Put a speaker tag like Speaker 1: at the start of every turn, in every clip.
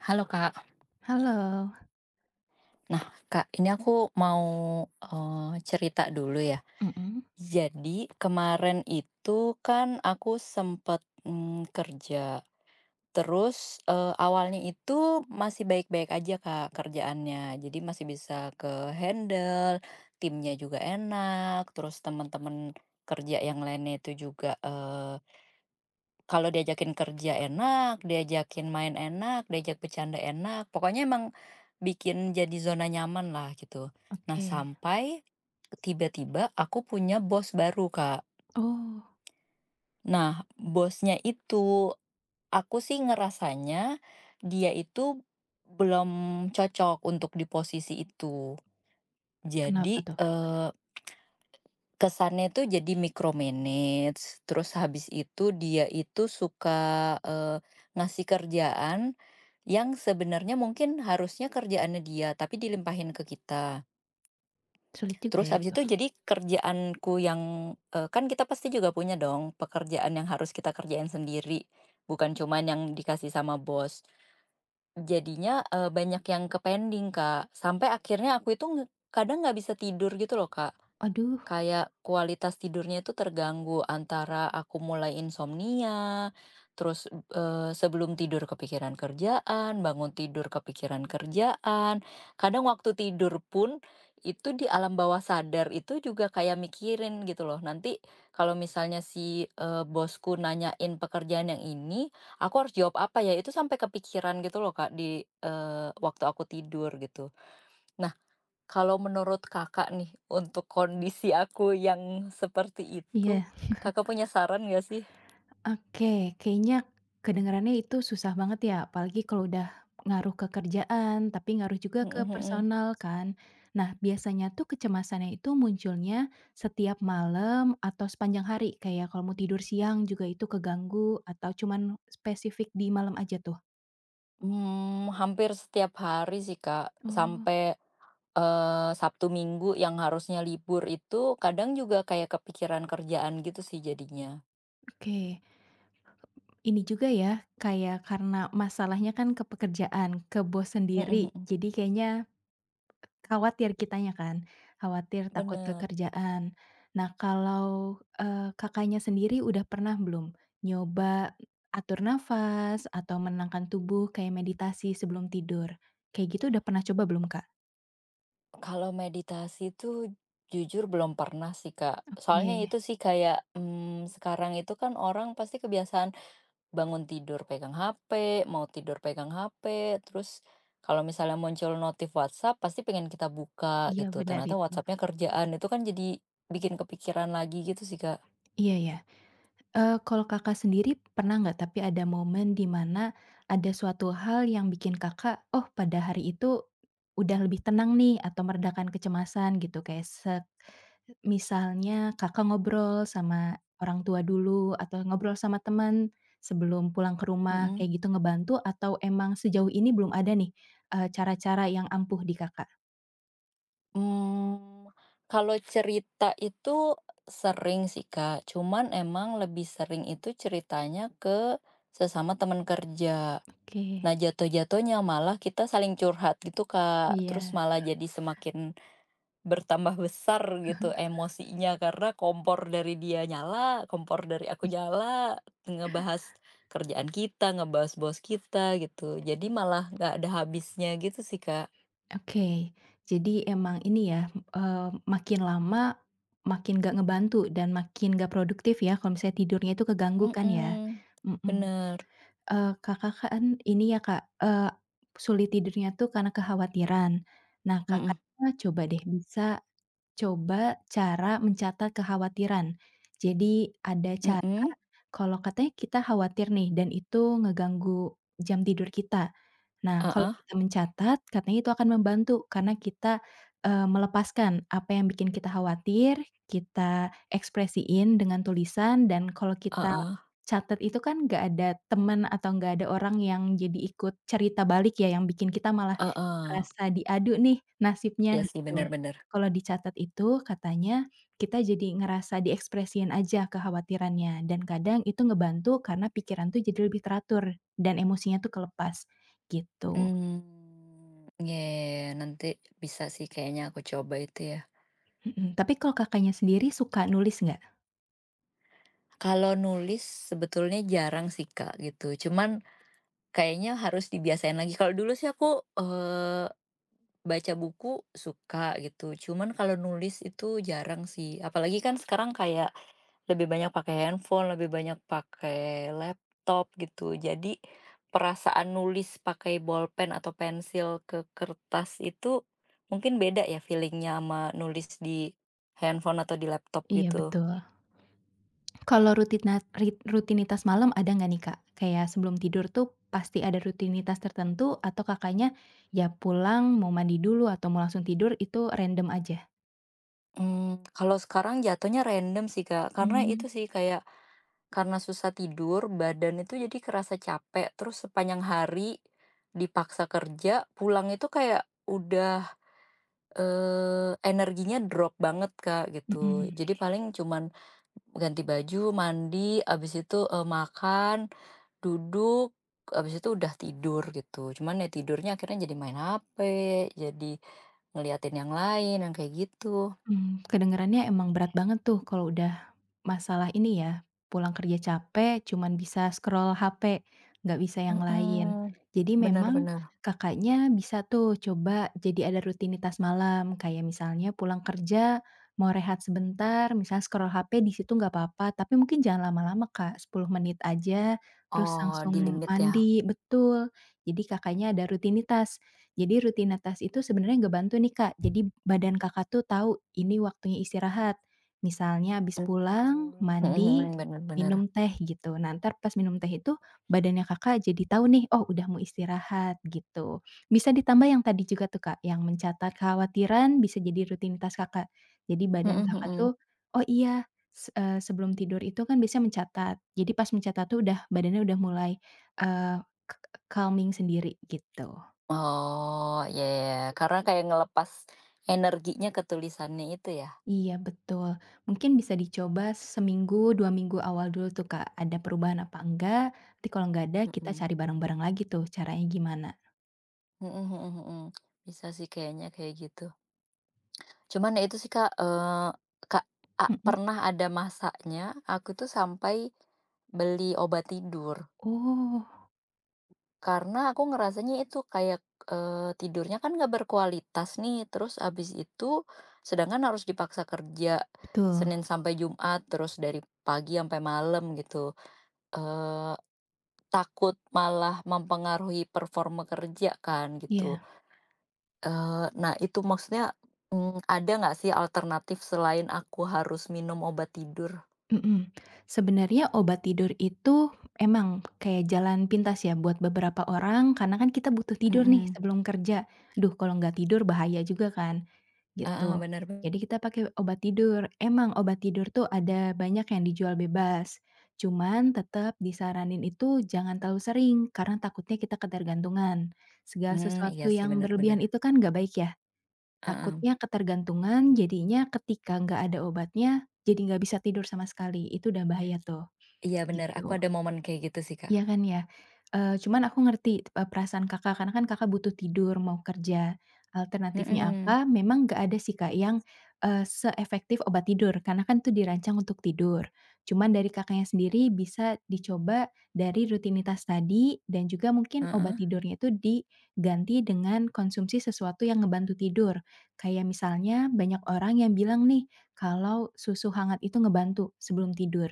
Speaker 1: Halo Kak.
Speaker 2: Halo.
Speaker 1: Nah Kak, ini aku mau, cerita dulu ya.
Speaker 2: Mhm.
Speaker 1: Jadi kemarin itu kan aku sempet, kerja. Terus, awalnya itu masih baik-baik aja Kak kerjaannya, jadi masih bisa ke-handle, timnya juga enak, terus teman-teman kerja yang lainnya itu juga, kalau diajakin kerja enak, diajakin main enak, diajak bercanda enak, pokoknya emang bikin jadi zona nyaman lah gitu. Nah,
Speaker 2: Oke.
Speaker 1: sampai tiba-tiba aku punya bos baru, Kak.
Speaker 2: Oh,
Speaker 1: Nah, bosnya itu aku sih ngerasanya dia itu belum cocok untuk di posisi itu.
Speaker 2: kenapa
Speaker 1: Jadi,
Speaker 2: tuh?
Speaker 1: kesannya itu jadi micromanage, terus habis itu dia itu suka, ngasih kerjaan yang sebenarnya mungkin harusnya kerjaannya dia, tapi dilimpahin ke kita.
Speaker 2: Sulit juga
Speaker 1: Terus
Speaker 2: ya
Speaker 1: habis
Speaker 2: itu?
Speaker 1: itu jadi kerjaanku yang, kan kita pasti juga punya dong pekerjaan yang harus kita kerjain sendiri, bukan cuman yang dikasih sama bos. Jadinya, banyak yang ke-pending, Kak, sampai akhirnya aku itu nge kadang nggak bisa tidur gitu loh, Kak.
Speaker 2: Aduh,
Speaker 1: Kayak kualitas tidurnya itu terganggu antara aku mulai insomnia, terus, sebelum tidur kepikiran kerjaan, bangun tidur kepikiran kerjaan, kadang waktu tidur pun itu di alam bawah sadar itu juga kayak mikirin gitu loh, nanti kalau misalnya si, bosku nanyain pekerjaan yang ini, aku harus jawab apa ya? Itu sampai kepikiran gitu loh Kak di, waktu aku tidur gitu. Kalau menurut Kakak nih, untuk kondisi aku yang seperti itu,
Speaker 2: iya,
Speaker 1: Kakak punya saran nggak sih?
Speaker 2: oke, kayaknya kedengarannya itu susah banget ya, apalagi kalau udah ngaruh ke kerjaan, tapi ngaruh juga
Speaker 1: Mhm
Speaker 2: ke
Speaker 1: mhm.
Speaker 2: personal kan. Nah, biasanya tuh kecemasannya itu munculnya setiap malam atau sepanjang hari? Kayak kalau mau tidur siang juga itu keganggu atau cuman spesifik di malam aja tuh?
Speaker 1: Mmm, hampir setiap hari sih, Kak.
Speaker 2: Oh,
Speaker 1: Sampai, Sabtu Minggu yang harusnya libur itu kadang juga kayak kepikiran kerjaan gitu sih jadinya.
Speaker 2: oke. Ini juga ya, kayak karena masalahnya kan ke pekerjaan, ke bos
Speaker 1: Mhm
Speaker 2: sendiri.
Speaker 1: mhm.
Speaker 2: Jadi kayaknya khawatir kitanya kan, khawatir takut ke
Speaker 1: Bener.
Speaker 2: kerjaan. Nah, kalau, Kakaknya sendiri udah pernah belum nyoba atur nafas atau menenangkan tubuh kayak meditasi sebelum tidur? Kayak gitu udah pernah coba belum, Kak?
Speaker 1: Kalau meditasi tuh jujur belum pernah sih, Kak. Soalnya
Speaker 2: Oke,
Speaker 1: itu sih kayak, sekarang itu kan orang pasti kebiasaan bangun tidur pegang HP, mau tidur pegang HP, terus kalau misalnya muncul notif WhatsApp pasti pengen kita buka
Speaker 2: iya
Speaker 1: gitu,
Speaker 2: benar
Speaker 1: ternyata
Speaker 2: itu.
Speaker 1: WhatsApp-nya kerjaan, itu kan jadi bikin kepikiran lagi gitu sih, Kak.
Speaker 2: Iya, iya. Kalau Kakak sendiri pernah nggak tapi ada momen di mana ada suatu hal yang bikin Kakak, "Oh pada hari itu udah lebih tenang nih," atau meredakan kecemasan gitu kayak misalnya Kakak ngobrol sama orang tua dulu atau ngobrol sama teman sebelum pulang ke rumah
Speaker 1: Mhm.
Speaker 2: kayak gitu ngebantu atau emang sejauh ini belum ada nih, cara-cara yang ampuh di Kakak?
Speaker 1: Mmm, kalau cerita itu sering sih, Kak, cuman emang lebih sering itu ceritanya ke sesama teman kerja.
Speaker 2: Oke,
Speaker 1: Nah, jatuh-jatuhnya malah kita saling curhat gitu, Kak, terus
Speaker 2: iya.
Speaker 1: malah jadi semakin bertambah besar gitu emosinya karena kompor dari dia nyala, kompor dari aku nyala, ngebahas kerjaan kita, ngebahas bos kita gitu. Jadi malah nggak ada habisnya gitu sih, Kak.
Speaker 2: Oke, jadi emang ini ya, makin lama makin gak ngebantu dan makin gak produktif ya kalau misalnya tidurnya itu keganggu kan ya?
Speaker 1: Mhm,
Speaker 2: Mhm.
Speaker 1: bener.
Speaker 2: Kakak kan ini ya, Kak, sulit tidurnya tuh karena kekhawatiran. Nah,
Speaker 1: Mhm,
Speaker 2: Kakaknya coba deh bisa coba cara mencatat kekhawatiran. Jadi ada cara
Speaker 1: mhm,
Speaker 2: kalau katanya kita khawatir nih dan itu ngeganggu jam tidur kita. Nah, kalau
Speaker 1: heeh
Speaker 2: kita mencatat, katanya itu akan membantu karena kita, melepaskan apa yang bikin kita khawatir, kita ekspresiin dengan tulisan dan kalau kita
Speaker 1: heeh
Speaker 2: catat itu kan nggak ada teman atau nggak ada orang yang jadi ikut cerita balik ya, yang bikin kita malah
Speaker 1: heeh.
Speaker 2: ngerasa diadu nih nasibnya
Speaker 1: Iya sih bener
Speaker 2: gitu.
Speaker 1: bener.
Speaker 2: Kalau dicatat itu katanya kita jadi ngerasa diekspresiin aja kekhawatirannya dan kadang itu ngebantu karena pikiran tuh jadi lebih teratur dan emosinya tuh kelepas. Gitu.
Speaker 1: Hmm ya, nanti bisa sih kayaknya aku coba itu ya.
Speaker 2: Mhm, tapi kalau Kakaknya sendiri suka nulis nggak?
Speaker 1: Kalau nulis sebetulnya jarang sih, Kak, gitu. Cuman kayaknya harus dibiasain lagi. Kalau dulu sih aku, baca buku suka gitu, cuman kalau nulis itu jarang sih. Apalagi kan sekarang kayak lebih banyak pakai handphone, lebih banyak pakai laptop gitu. Jadi perasaan nulis pakai bolpen atau pensil ke kertas itu mungkin beda ya feelingnya sama nulis di handphone atau di laptop
Speaker 2: Iya,
Speaker 1: gitu.
Speaker 2: betul. Kalau rutina rit rutinitas malam ada nggak nih, Kak? Kayak sebelum tidur tuh pasti ada rutinitas tertentu atau Kakaknya ya pulang mau mandi dulu atau mau langsung tidur itu random aja?
Speaker 1: Mmm, kalau sekarang jatuhnya random sih, Kak, karena
Speaker 2: Mmm.
Speaker 1: itu sih kayak karena susah tidur, badan itu jadi kerasa capek, terus sepanjang hari dipaksa kerja, pulang itu kayak udah, energinya drop banget, Kak, gitu.
Speaker 2: Mhm.
Speaker 1: Jadi paling cuman ganti baju, mandi, abis itu, makan, duduk, abis itu udah tidur gitu. Cuman ya tidurnya akhirnya jadi main HP, jadi ngeliatin yang lain, yang kayak gitu.
Speaker 2: Mhm. Kedengarannya emang berat banget tuh kalau udah masalah ini ya, pulang kerja capek cuman bisa scroll HP, nggak bisa yang lain.
Speaker 1: Mhm,
Speaker 2: Jadi
Speaker 1: benar
Speaker 2: memang
Speaker 1: bener.
Speaker 2: Kakaknya bisa tuh coba jadi ada rutinitas malam, kayak misalnya pulang kerja mau rehat sebentar, misal scroll HP di situ nggak apa-apa, tapi mungkin jangan lama-lama Kak, 10 menit aja, terus
Speaker 1: Oh, di
Speaker 2: langsung
Speaker 1: limit ya?
Speaker 2: mandi betul. Jadi Kakaknya ada rutinitas. Jadi rutinitas itu sebenarnya nggak bantu nih Kak, jadi badan Kakak tuh tahu ini waktunya istirahat. Misalnya habis pulang,
Speaker 1: Mmm, mhm
Speaker 2: mandi,
Speaker 1: mhm, bener bener.
Speaker 2: minum teh gitu. Nah, entar pas minum teh itu badannya Kakak jadi tahu nih, "Oh, udah mau istirahat," gitu. Bisa ditambah yang tadi juga tuh, Kak, yang mencatat kekhawatiran bisa jadi rutinitas Kakak. Jadi badan
Speaker 1: Mhm
Speaker 2: Kakak
Speaker 1: mhm.
Speaker 2: tuh, "Oh iya, sebelum tidur itu kan biasanya mencatat." Jadi pas mencatat tuh udah badannya udah mulai, eee, k calming sendiri gitu.
Speaker 1: Oh, iya iya iya, karena kayak ngelepas energinya ke tulisannya itu ya?
Speaker 2: Iya, betul. Mungkin bisa dicoba seminggu, 2 minggu awal dulu tuh Kak, ada perubahan apa enggak, nanti kalau nggak ada kita
Speaker 1: Mhm.
Speaker 2: cari bareng-bareng lagi tuh caranya gimana.
Speaker 1: Mhm mhm mhm. Bisa sih kayaknya kayak gitu. Cuman ya itu sih Kak, Kak,
Speaker 2: Mhm.
Speaker 1: pernah ada masanya aku tuh sampai beli obat tidur.
Speaker 2: Oh,
Speaker 1: Karena aku ngerasanya itu kayak, tidurnya kan nggak berkualitas nih, terus abis itu sedangkan harus dipaksa kerja
Speaker 2: betul.
Speaker 1: Senin sampai Jumat, terus dari pagi sampai malam gitu, eee, takut malah mempengaruhi performa kerja kan gitu.
Speaker 2: Iya,
Speaker 1: Eee, nah itu maksudnya, ada nggak sih alternatif selain aku harus minum obat tidur?
Speaker 2: mhm. Sebenarnya obat tidur itu emang kayak jalan pintas ya buat beberapa orang, karena kan kita butuh tidur nih
Speaker 1: Mhm,
Speaker 2: sebelum kerja. Duh, kalau nggak tidur bahaya juga kan.
Speaker 1: heeh,
Speaker 2: Gitu.
Speaker 1: bener,
Speaker 2: Jadi kita pakai obat tidur. Emang obat tidur tuh ada banyak yang dijual bebas, cuman tetap disaranin itu jangan terlalu sering karena takutnya kita ketergantungan. Segala
Speaker 1: mmm, iya
Speaker 2: sesuatu
Speaker 1: sih
Speaker 2: yang
Speaker 1: benar bener,
Speaker 2: berlebihan itu kan nggak baik ya,
Speaker 1: heeh,
Speaker 2: takutnya ketergantungan jadinya ketika nggak ada obatnya, jadi nggak bisa tidur sama sekali, itu udah bahaya tuh,
Speaker 1: iya benar aku
Speaker 2: gitu.
Speaker 1: ada momen kayak gitu sih, Kak.
Speaker 2: Iya kan ya, cuman aku
Speaker 1: Mhm.
Speaker 2: ngerti, perasaan Kakak, karena kan Kakak butuh tidur, mau kerja. Alternatifnya
Speaker 1: Mhm,
Speaker 2: apa, memang nggak ada sih Kak yang, seefektif obat tidur, karena kan itu dirancang untuk tidur. Cuman dari Kakaknya sendiri bisa dicoba dari rutinitas tadi dan juga mungkin
Speaker 1: heeh.
Speaker 2: obat tidurnya itu diganti dengan konsumsi sesuatu yang ngebantu tidur. Kayak misalnya banyak orang yang bilang nih, kalau susu hangat itu ngebantu sebelum tidur.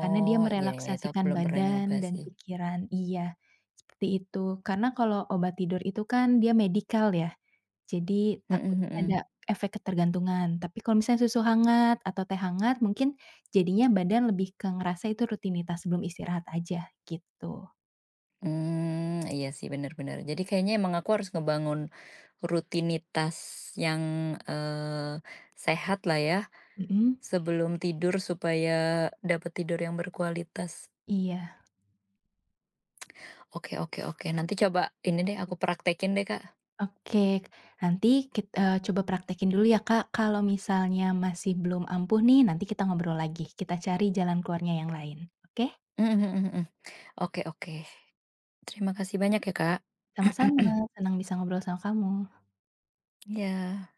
Speaker 2: Karena dia
Speaker 1: iya iya, itu aku
Speaker 2: merelaksasikan
Speaker 1: belum pernah nyoba
Speaker 2: badan dan
Speaker 1: sih.
Speaker 2: pikiran iya, seperti itu. Karena kalau obat tidur itu kan dia medikal ya, jadi
Speaker 1: Mhm
Speaker 2: takutnya ada
Speaker 1: mhm.
Speaker 2: efek ketergantungan. Tapi kalau misalnya susu hangat atau teh hangat mungkin jadinya badan lebih ke ngerasa itu rutinitas sebelum istirahat aja, gitu.
Speaker 1: Mmm, iya sih, bener bener. Jadi kayaknya emang aku harus ngebangun rutinitas yang, eee, sehat lah ya,
Speaker 2: Mhm,
Speaker 1: sebelum tidur supaya dapet tidur yang berkualitas.
Speaker 2: iya,
Speaker 1: Oke oke oke, nanti coba ini deh, aku praktekin deh, Kak.
Speaker 2: oke. Nanti kita coba praktekin dulu ya, Kak. Kalau misalnya masih belum ampuh nih, nanti kita ngobrol lagi, kita cari jalan keluarnya yang lain, oke?
Speaker 1: Mhm mhm mhm. Oke oke. Terima kasih banyak ya, Kak.
Speaker 2: Sama-sama, senang bisa ngobrol sama kamu.
Speaker 1: Iya.